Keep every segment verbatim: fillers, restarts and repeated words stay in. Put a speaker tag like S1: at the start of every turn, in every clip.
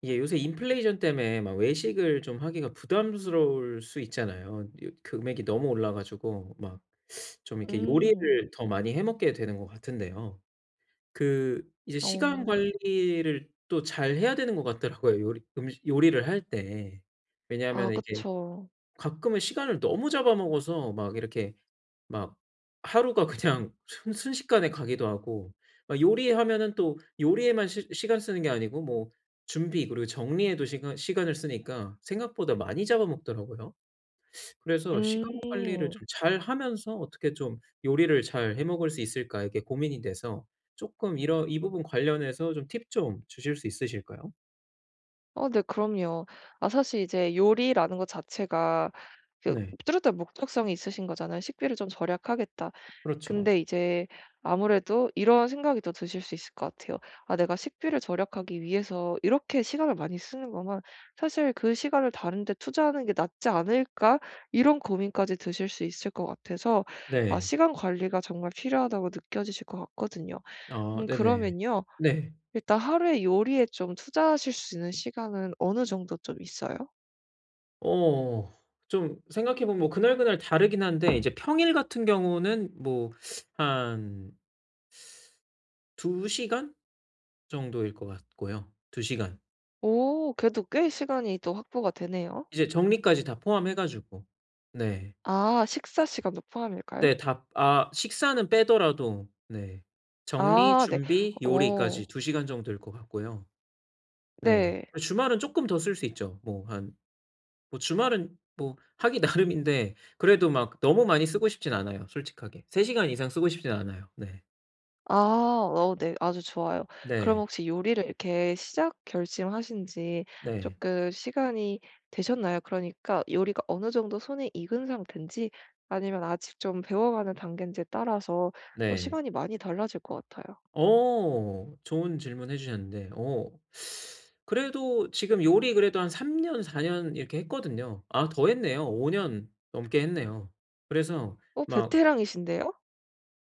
S1: 이게 요새 인플레이션 때문에 막 외식을 좀 하기가 부담스러울 수 있잖아요. 요 금액이 너무 올라 가지고 막 좀 이렇게
S2: 음.
S1: 요리를 더 많이 해 먹게 되는 것 같은데요. 그 이제 시간
S2: 어.
S1: 관리를 또 잘해야 되는 것 같더라고요, 요리 음식 요리를 할 때.
S2: 아,
S1: 왜냐하면 이게
S2: 그쵸.
S1: 가끔은 시간을 너무 잡아먹어서 막 이렇게 막 하루가 그냥 순 순식간에 가기도 하고 막 요리하면은 또 요리에만 시간 쓰는 게 아니고 뭐 준비 그리고 정리에도 시간 시간을 쓰니까 생각보다 많이 잡아먹더라고요. 그래서
S2: 음.
S1: 시간 관리를 좀 잘하면서 어떻게 좀 요리를 잘 해 먹을 수 있을까, 이게 고민이 돼서 조금 이런 이 부분 관련해서 좀 팁 좀 주실 수 있으실까요?
S2: 어, 네, 그럼요. 아, 사실 이제 요리라는 것 자체가 그
S1: 네.
S2: 뚜렷한 목적성이 있으신 거잖아요. '식비를 좀 절약하겠다.'
S1: 그렇죠.
S2: 근데 이제 아무래도 이런 생각이 더 드실 수 있을 것 같아요. '아, 내가 식비를 절약하기 위해서 이렇게 시간을 많이 쓰는 거면 사실 그 시간을 다른 데 투자하는 게 낫지 않을까?' 이런 고민까지 드실 수 있을 것 같아서 아,
S1: 네.
S2: 시간 관리가 정말 필요하다고 느껴지실 것 같거든요.
S1: 아,
S2: 음
S1: 네네.
S2: 그러면요.
S1: 네.
S2: 일단 하루에 요리에 좀 투자하실 수 있는 시간은 어느 정도 좀 있어요?
S1: 어. 좀 생각해 보면 뭐 그날그날 다르긴 한데 이제 평일 같은 경우는 뭐 한 2 시간 정도일 것 같고요. 2 시간.
S2: 오, 그래도 꽤 시간이 또 확보가 되네요.
S1: 이제 정리까지 다 포함해 가지고. 네.
S2: 아, 식사 시간도 포함일까요?
S1: 네, 다 아 식사는 빼더라도 네. 정리,
S2: 아, 네.
S1: 준비, 요리까지
S2: 오,
S1: 2 시간 정도일 것 같고요. 네.
S2: 네.
S1: 주말은 쪼끔 더 쓸 수 있죠. 뭐 한 뭐 주말은 뭐 하기 나름인데 그래도 막 너무 많이 쓰고 싶진 않아요, 솔직하게. 세 시간 이상 쓰고 싶진 않아요. 네.
S2: 아, 어, 네. 아주 좋아요. 그럼
S1: 네.
S2: 혹시 요리를 이렇게 시작 결심하신 지
S1: 네.
S2: 조금 시간이 되셨나요? 그러니까 요리가 어느 정도 손에 익은 상태인지 아니면 아직 좀 배워가는 단계인지에 따라서 또
S1: 네.
S2: 시간이 많이 달라질 것 같아요.
S1: 어, 좋은 질문 해 주셨는데 어 그래도 지금 요리 그래도 한 삼 년 사 년 이렇게 했거든요. 아, 더 했네요. 오 년 넘게 했네요. 그래서
S2: 어,
S1: 막
S2: 베테랑이신데요?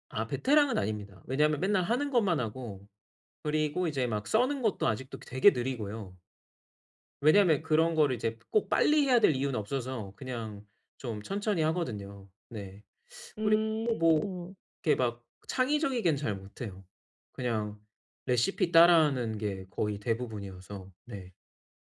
S1: 아 베테랑은 아닙니다. 왜냐하면 맨날 하는 것만 하고 그리고 이제 막 써는 것도 아직도 되게 느리고요. 왜냐하면 그런 거를 이제 꼭 빨리 해야 될 이유는 없어서 그냥 좀 천천히 하거든요. 네. 그리고
S2: 음.
S1: 뭐 이렇게 막 창의적이게는 잘 못해요. 그냥 레시피 따라하는 게 거의 대부분이어서 네.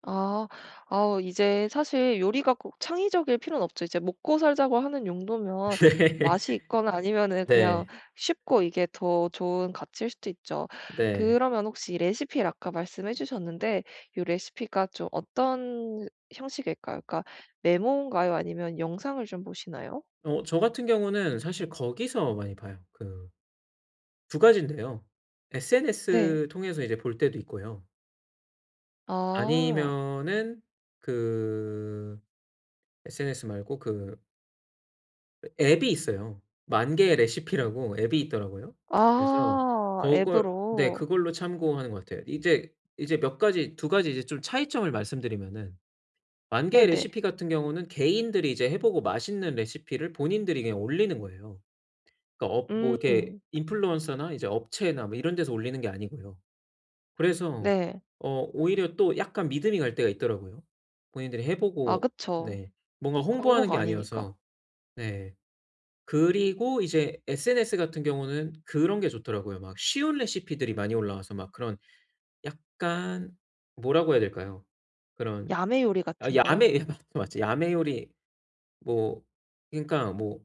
S2: 아. 아, 이제 사실 요리가 꼭 창의적일 필요는 없죠. 이제 먹고 살자고 하는 용도면 맛이 있거나 아니면은
S1: 네.
S2: 그냥
S1: 네.
S2: 쉽고 이게 더 좋은 가치일 수도 있죠.
S1: 네.
S2: 그러면 혹시 레시피를 아까 말씀해 주셨는데 이 레시피가 좀 어떤 형식일까요? 그러니까 메모인가요? 아니면 영상을 좀 보시나요?
S1: 어, 저 같은 경우는 사실 거기서 많이 봐요. 그 두 가지인데요.
S2: 네.
S1: 에스엔에스 통해서 이제 볼 때도 있고요.
S2: 아.
S1: 아니면은 그 에스엔에스 말고 그 앱이 있어요. 만 개의 레시피라고 앱이 있더라고요. 그래서
S2: 아,
S1: 그걸 네
S2: 앱으로.
S1: 그걸로 참고하는 것 같아요. 이제 이제 몇 가지 두 가지 이제 좀 차이점을 말씀드리면은 만 개의
S2: 네네.
S1: 레시피 같은 경우는 개인들이 이제 해 보고 맛있는 레시피를 본인들이 그냥 올리는 거예요. 그러니까 업 뭐 이렇게
S2: 음.
S1: 인플루언서나 이제 업체나 뭐 이런 데서 올리는 게 아니고요. 그래서
S2: 네.
S1: 어 오히려 또 약간 믿음이 갈 때가 있더라고요. 본인들이 해
S2: 아,
S1: 보고
S2: 그쵸.
S1: 네 뭔가 홍보하는 게
S2: 광고가 아니니까.
S1: 아니어서. 네. 그리고 이제 에스엔에스 같은 경우는 그런 게 좋더라고요. 막 쉬운 레시피들이 많이 올라와서 막 그런 약간 뭐라고 해야 될까요? 그런
S2: 야매 요리
S1: 아
S2: 같은 거요?
S1: 야매 예 맞죠, 맞죠. 야매 요리 뭐 그러니까 뭐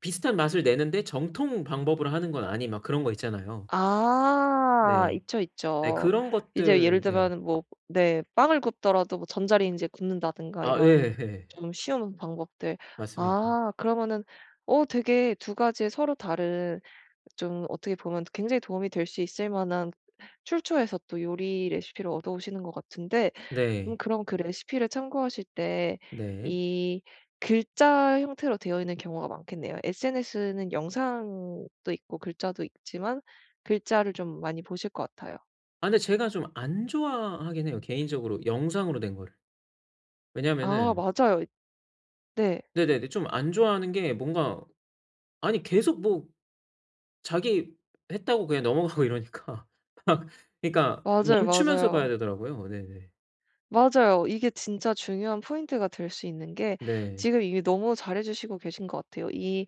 S1: 비슷한 맛을 내는데 정통 방법으로 하는 건 아닌 막 그런 거 있잖아요.
S2: 아,
S1: 네.
S2: 있죠,
S1: 네
S2: 있죠.
S1: 그런
S2: 이제 예를
S1: 것들 네.
S2: 들면 뭐 네, 빵을 굽더라도 뭐 전자레인지에 굽는다든가
S1: 아
S2: 이런
S1: 예예.
S2: 좀 쉬운 방법들.
S1: 맞습니다.
S2: 아, 그러면은 어 되게 두 가지의 서로 다른 좀 어떻게 보면 굉장히 도움이 될 수 있을 만한 출처에서 또 요리 레시피를 얻어오시는 것 같은데, 음
S1: 네.
S2: 그럼 그 레시피를 참고하실 때
S1: 네.
S2: 이 글자 형태로 되어 있는 경우가 많겠네요. 에스엔에스는 영상도 있고 글자도 있지만 글자를 좀 많이 보실 것 같아요.
S1: 아 근데 제가 좀 안 좋아하긴 해요, 개인적으로 영상으로 된 거를.
S2: 아,
S1: 왜냐면은
S2: 맞아요. 네.
S1: 네네네. 좀 안 좋아하는 게 뭔가 아니 계속 뭐 자기 했다고 그냥 넘어가고 이러니까 막 그러니까
S2: 맞아요,
S1: 멈추면서 봐야
S2: 맞아요.
S1: 되더라고요. 네네.
S2: 맞아요. 이게 진짜 중요한 포인트가 될 수 있는 게
S1: 네.
S2: 지금 이미 너무 잘해 주시고 계신 것 같아요. 이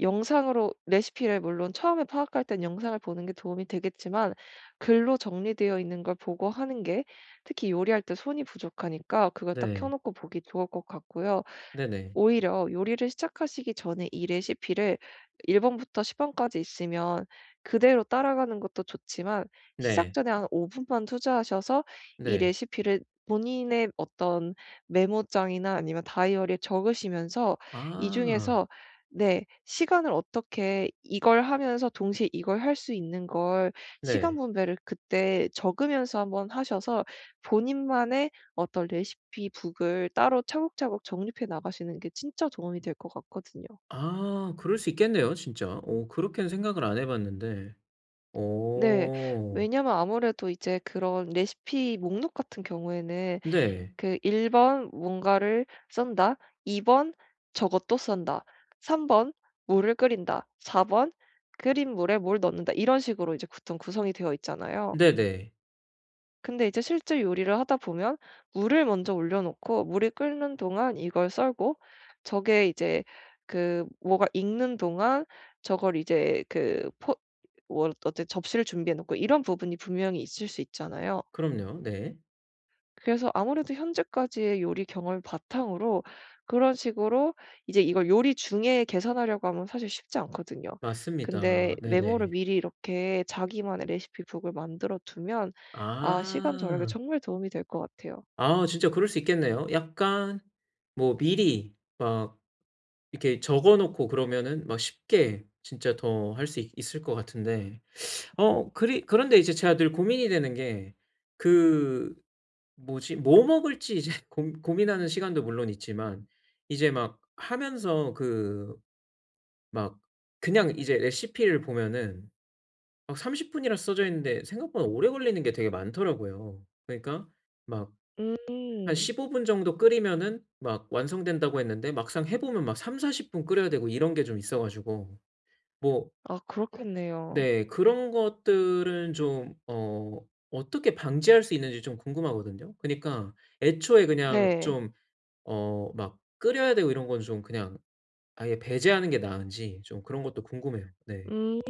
S2: 영상으로 레시피를 물론 처음에 파악할 땐 영상을 보는 게 도움이 되겠지만 글로 정리되어 있는 걸 보고 하는 게 특히 요리할 때 손이 부족하니까 그걸 딱 켜
S1: 네.
S2: 놓고 보기 좋을 것 같고요.
S1: 네네.
S2: 오히려 요리를 시작하시기 전에 이 레시피를 일 번부터 십 번까지 있으면 그대로 따라가는 것도 좋지만 시작
S1: 네.
S2: 전에 한 오 분만 투자하셔서 이
S1: 네.
S2: 레시피를 본인의 어떤 메모장이나 아니면 다이어리에 적으시면서 이
S1: 아
S2: 중에서 네 시간을 어떻게 이걸 하면서 동시에 이걸 할 수 있는 걸 시간
S1: 네.
S2: 분배를 그때 적으면서 한번 하셔서 본인만의 어떤 레시피북을 따로 차곡차곡 정립해 나가시는 게 진짜 도움이 될 것 같거든요.
S1: 아, 그럴 수 있겠네요 진짜. 어 그렇게는 생각을 안 해 봤는데.
S2: 네.
S1: 어
S2: 왜냐면 아무래도 이제 그런 레시피 목록 같은 경우에는,
S1: 네.
S2: 그 일 번 뭔가를 썬다, 이 번 저것도 썬다, 삼 번 물을 끓인다, 사 번 끓인 물에 뭘 넣는다, 이런 식으로 이제 보통 구성이 되어 있잖아요.
S1: 네네.
S2: 근데 이제 실제 요리를 하다 보면 물을 먼저 올려 놓고 물이 끓는 동안 이걸 썰고 저게 이제 그 뭐가 익는 동안 저걸 이제 그 포 뭐어 접시를 준비해 놓고 이런 부분이 분명히 있을 수 있잖아요.
S1: 그럼요. 네.
S2: 그래서 아무래도 현재까지의 요리 경험을 바탕으로 그런 식으로 이제 이걸 요리 중에 계산하려고 하면 사실 쉽지 않거든요. 근데
S1: 맞습니다.
S2: 메모를
S1: 네네.
S2: 미리 이렇게 자기만의 레시피북을 만들어 두면, 아, 시간 절약에
S1: 아.
S2: 정말 도움이 될 것 같아요.
S1: 아 진짜 그럴 수 있겠네요. 약간 뭐 미리 막 이렇게 적어 놓고 그러면은 막 쉽게 진짜 더 할 수 있을 것 같은데 어 그리 그런데 이제 제가 늘 고민이 되는 게 그 뭐지, 뭐 먹을지 이제 고 고민하는 시간도 물론 있지만 이제 막 하면서 그 막 그냥 이제 레시피를 보면은 막 삼십 분 분이라 써져 있는데 생각보다 오래 걸리는 게 되게 많더라고요. 그러니까 막 한
S2: 음.
S1: 십오 분 정도 끓이면은 막 완성된다고 했는데 막상 해 보면 막삼 사 십 분 끓여야 되고 이런 게 좀 있어 가지고 뭐
S2: 아, 그렇겠네요.
S1: 네 그런 것들은 좀 어 어떻게 방지할 수 있는지 좀 궁금하거든요. 그니까 애초에 그냥
S2: 네.
S1: 좀 어 막 끓여야 되고 이런 건 좀 그냥 아예 배제하는 게 나은지 좀 그런 것도 궁금해요. 네.
S2: 음.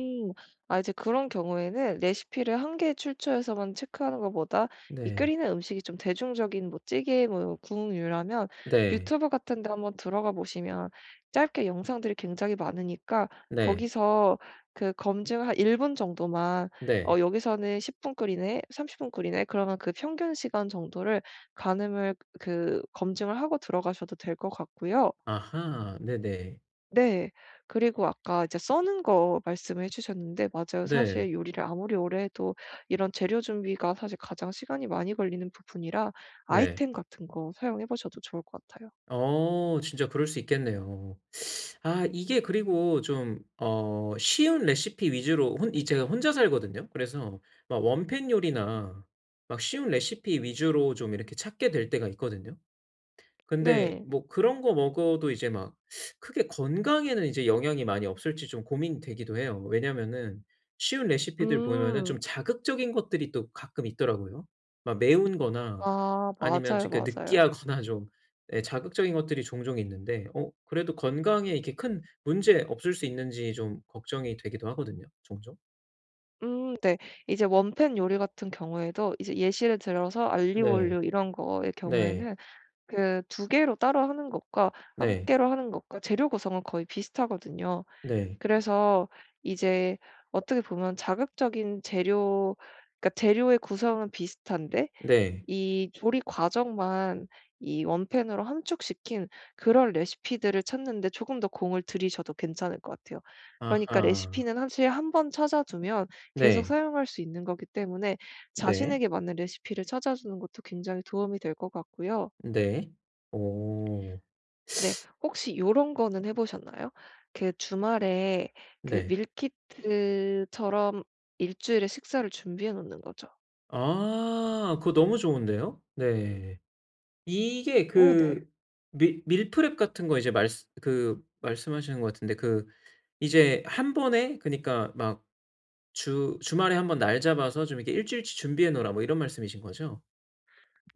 S2: 아, 이제 그런 경우에는 레시피를 한 개 출처에서만 체크하는 것보다, 이
S1: 네.
S2: 끓이는 음식이 좀 대중적인 뭐 찌개 뭐 국류라면
S1: 네.
S2: 유튜브 같은 데 한번 들어가 보시면 짧게 영상들이 굉장히 많으니까,
S1: 네.
S2: 거기서 그 검증 한 일 분 정도만
S1: 네.
S2: 어 여기서는 십 분 끓이네, 삼십 분 끓이네 그러면 그 평균 시간 정도를 가늠을, 그 검증을 하고 들어가셔도 될 것 같고요.
S1: 아하. 네네.
S2: 네. 그리고 아까 이제 써는 거 말씀을 해 주셨는데 맞아요.
S1: 네.
S2: 사실 요리를 아무리 오래 해도 이런 재료 준비가 사실 가장 시간이 많이 걸리는 부분이라
S1: 네.
S2: 아이템 같은 거 사용해 보셔도 좋을 것 같아요.
S1: 어 진짜 그럴 수 있겠네요. 아 이게 그리고 좀 어 쉬운 레시피 위주로 혼 이 제가 혼자 살거든요. 그래서 막 원팬 요리나 막 쉬운 레시피 위주로 좀 이렇게 찾게 될 때가 있거든요. 근데
S2: 네.
S1: 뭐 그런 거 먹어도 이제 막 크게 건강에는 이제 영향이 많이 없을지 좀 고민되기도 해요. 왜냐면은 쉬운 레시피들 보면은 좀
S2: 음.
S1: 자극적인 것들이 또 가끔 있더라고요. 막 매운 거나
S2: 아,
S1: 아니면
S2: 맞아요,
S1: 좀 이렇게
S2: 맞아요.
S1: 느끼하거나 좀 예 자극적인 것들이 종종 있는데 어 그래도 건강에 이렇게 큰 문제 없을 수 있는지 좀 걱정이 되기도 하거든요, 종종.
S2: 음, 네. 이제 원팬 요리 같은 경우에도 이제 예시를 들어서 알리오
S1: 네.
S2: 올리오 이런 거의
S1: 네.
S2: 경우에는 그 두 개로 따로 하는 것과 한
S1: 네.
S2: 개로 하는 것과 재료 구성은 거의 비슷하거든요.
S1: 네.
S2: 그래서 이제 어떻게 보면 자극적인 재료, 그러니까 재료의 구성은 비슷한데
S1: 네.
S2: 이 조리 과정만 이 원팬으로 함축시킨 그런 레시피들을 찾는 데 조금 더 공을 들이셔도 괜찮을 것 같아요. 그러니까
S1: 아하.
S2: 레시피는 사실 한 번 찾아두면 계속
S1: 네.
S2: 사용할 수 있는 거기 때문에
S1: 네.
S2: 자신에게 맞는 레시피를 찾아주는 것도 굉장히 도움이 될 것 같고요.
S1: 네. 오.
S2: 네. 혹시 요런 거는 해 보셨나요? 그 주말에 그
S1: 네.
S2: 밀키트처럼 일 주일에 식사를 준비해 놓는 거죠.
S1: 아, 그거 너무 좋은데요. 네. 이게
S2: 어, 네.
S1: 그 밀 밀프렙 같은 거 이제 말그 말씀하시는 것 같은데 그 이제 한 번에 그니까 막 주 주말에 한번 날 잡아서 좀 이렇게 일 주일치 준비해 놓으라 뭐 이런 말씀이신 거죠?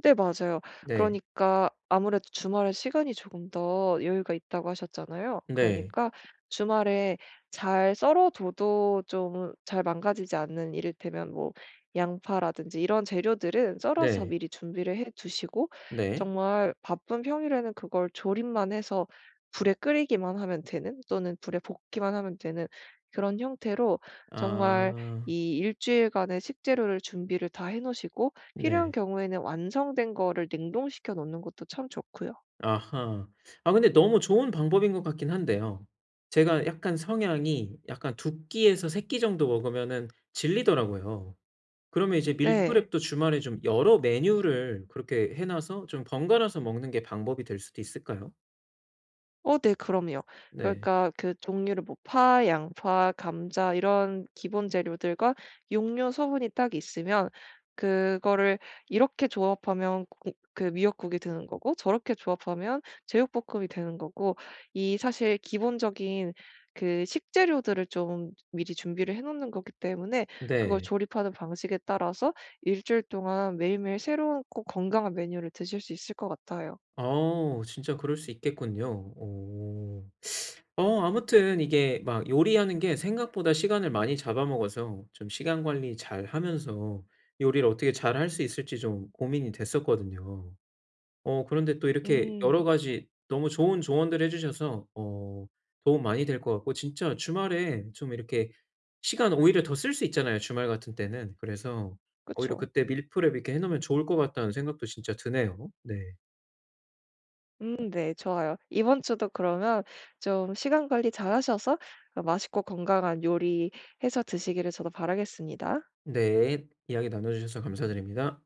S2: 네, 맞아요.
S1: 네.
S2: 그러니까 아무래도 주말에 시간이 조금 더 여유가 있다고 하셨잖아요.
S1: 네.
S2: 그러니까 주말에 잘 썰어둬도 좀 잘 망가지지 않는 이를테면 뭐 양파라든지 이런 재료들은 썰어서
S1: 네.
S2: 미리 준비를 해 두시고,
S1: 네.
S2: 정말 바쁜 평일에는 그걸 조림만 해서 불에 끓이기만 하면 되는, 또는 불에 볶기만 하면 되는 그런 형태로, 정말
S1: 아.
S2: 이 일주일간의 식재료를 준비를 다 해 놓으시고, 필요한
S1: 네.
S2: 경우에는 완성된 거를 냉동시켜 놓는 것도 참 좋고요.
S1: 아하. 아 근데 너무 좋은 방법인 것 같긴 한데요. 제가 약간 성향이 약간 두 끼에서 세 끼 정도 먹으면은 질리더라고요. 그러면 이제
S2: 네.
S1: 밀프렙도 주말에 좀 여러 메뉴를 그렇게 해 놔서 좀 번갈아서 먹는 게 방법이 될 수도 있을까요?
S2: 어, 네, 그럼요.
S1: 네.
S2: 그러니까 그 종류를 뭐 파, 양파, 감자 이런 기본 재료들과 육류 소분이 딱 있으면, 그거를 이렇게 조합하면 고 그 미역국이 되는 거고 저렇게 조합하면 제육볶음이 되는 거고, 이 사실 기본적인 그 식재료들을 좀 미리 준비를 해 놓는 거기 때문에 그걸
S1: 네.
S2: 조립하는 방식에 따라서 일주일 동안 매일매일 새로운, 꼭 건강한 메뉴를 드실 수 있을 것 같아요.
S1: 어 진짜 그럴 수 있겠군요. 오. 어 아무튼 이게 막 요리하는 게 생각보다 시간을 많이 잡아먹어서 좀 시간 관리 잘하면서 요리를 어떻게 잘 할 수 있을지 좀 고민이 됐었거든요. 어 그런데 또 이렇게 여러
S2: 음.
S1: 가지 너무 좋은 조언들 해 주셔서 어 도움 많이 될 것 같고, 진짜 주말에 좀 이렇게 시간 오히려 더 쓸 수 있잖아요, 주말 같은 때는. 그래서 오히려
S2: 그쵸.
S1: 그때 밀프렙 이렇게 해 놓으면 좋을 것 같다는 생각도 진짜 드네요. 네.
S2: 음, 네. 좋아요. 이번 주도 그러면 좀 시간 관리 잘 하셔서 어 맛있고 건강한 요리 해서 드시기를 저도 바라겠습니다.
S1: 네. 이야기 나눠 주셔서 감사드립니다.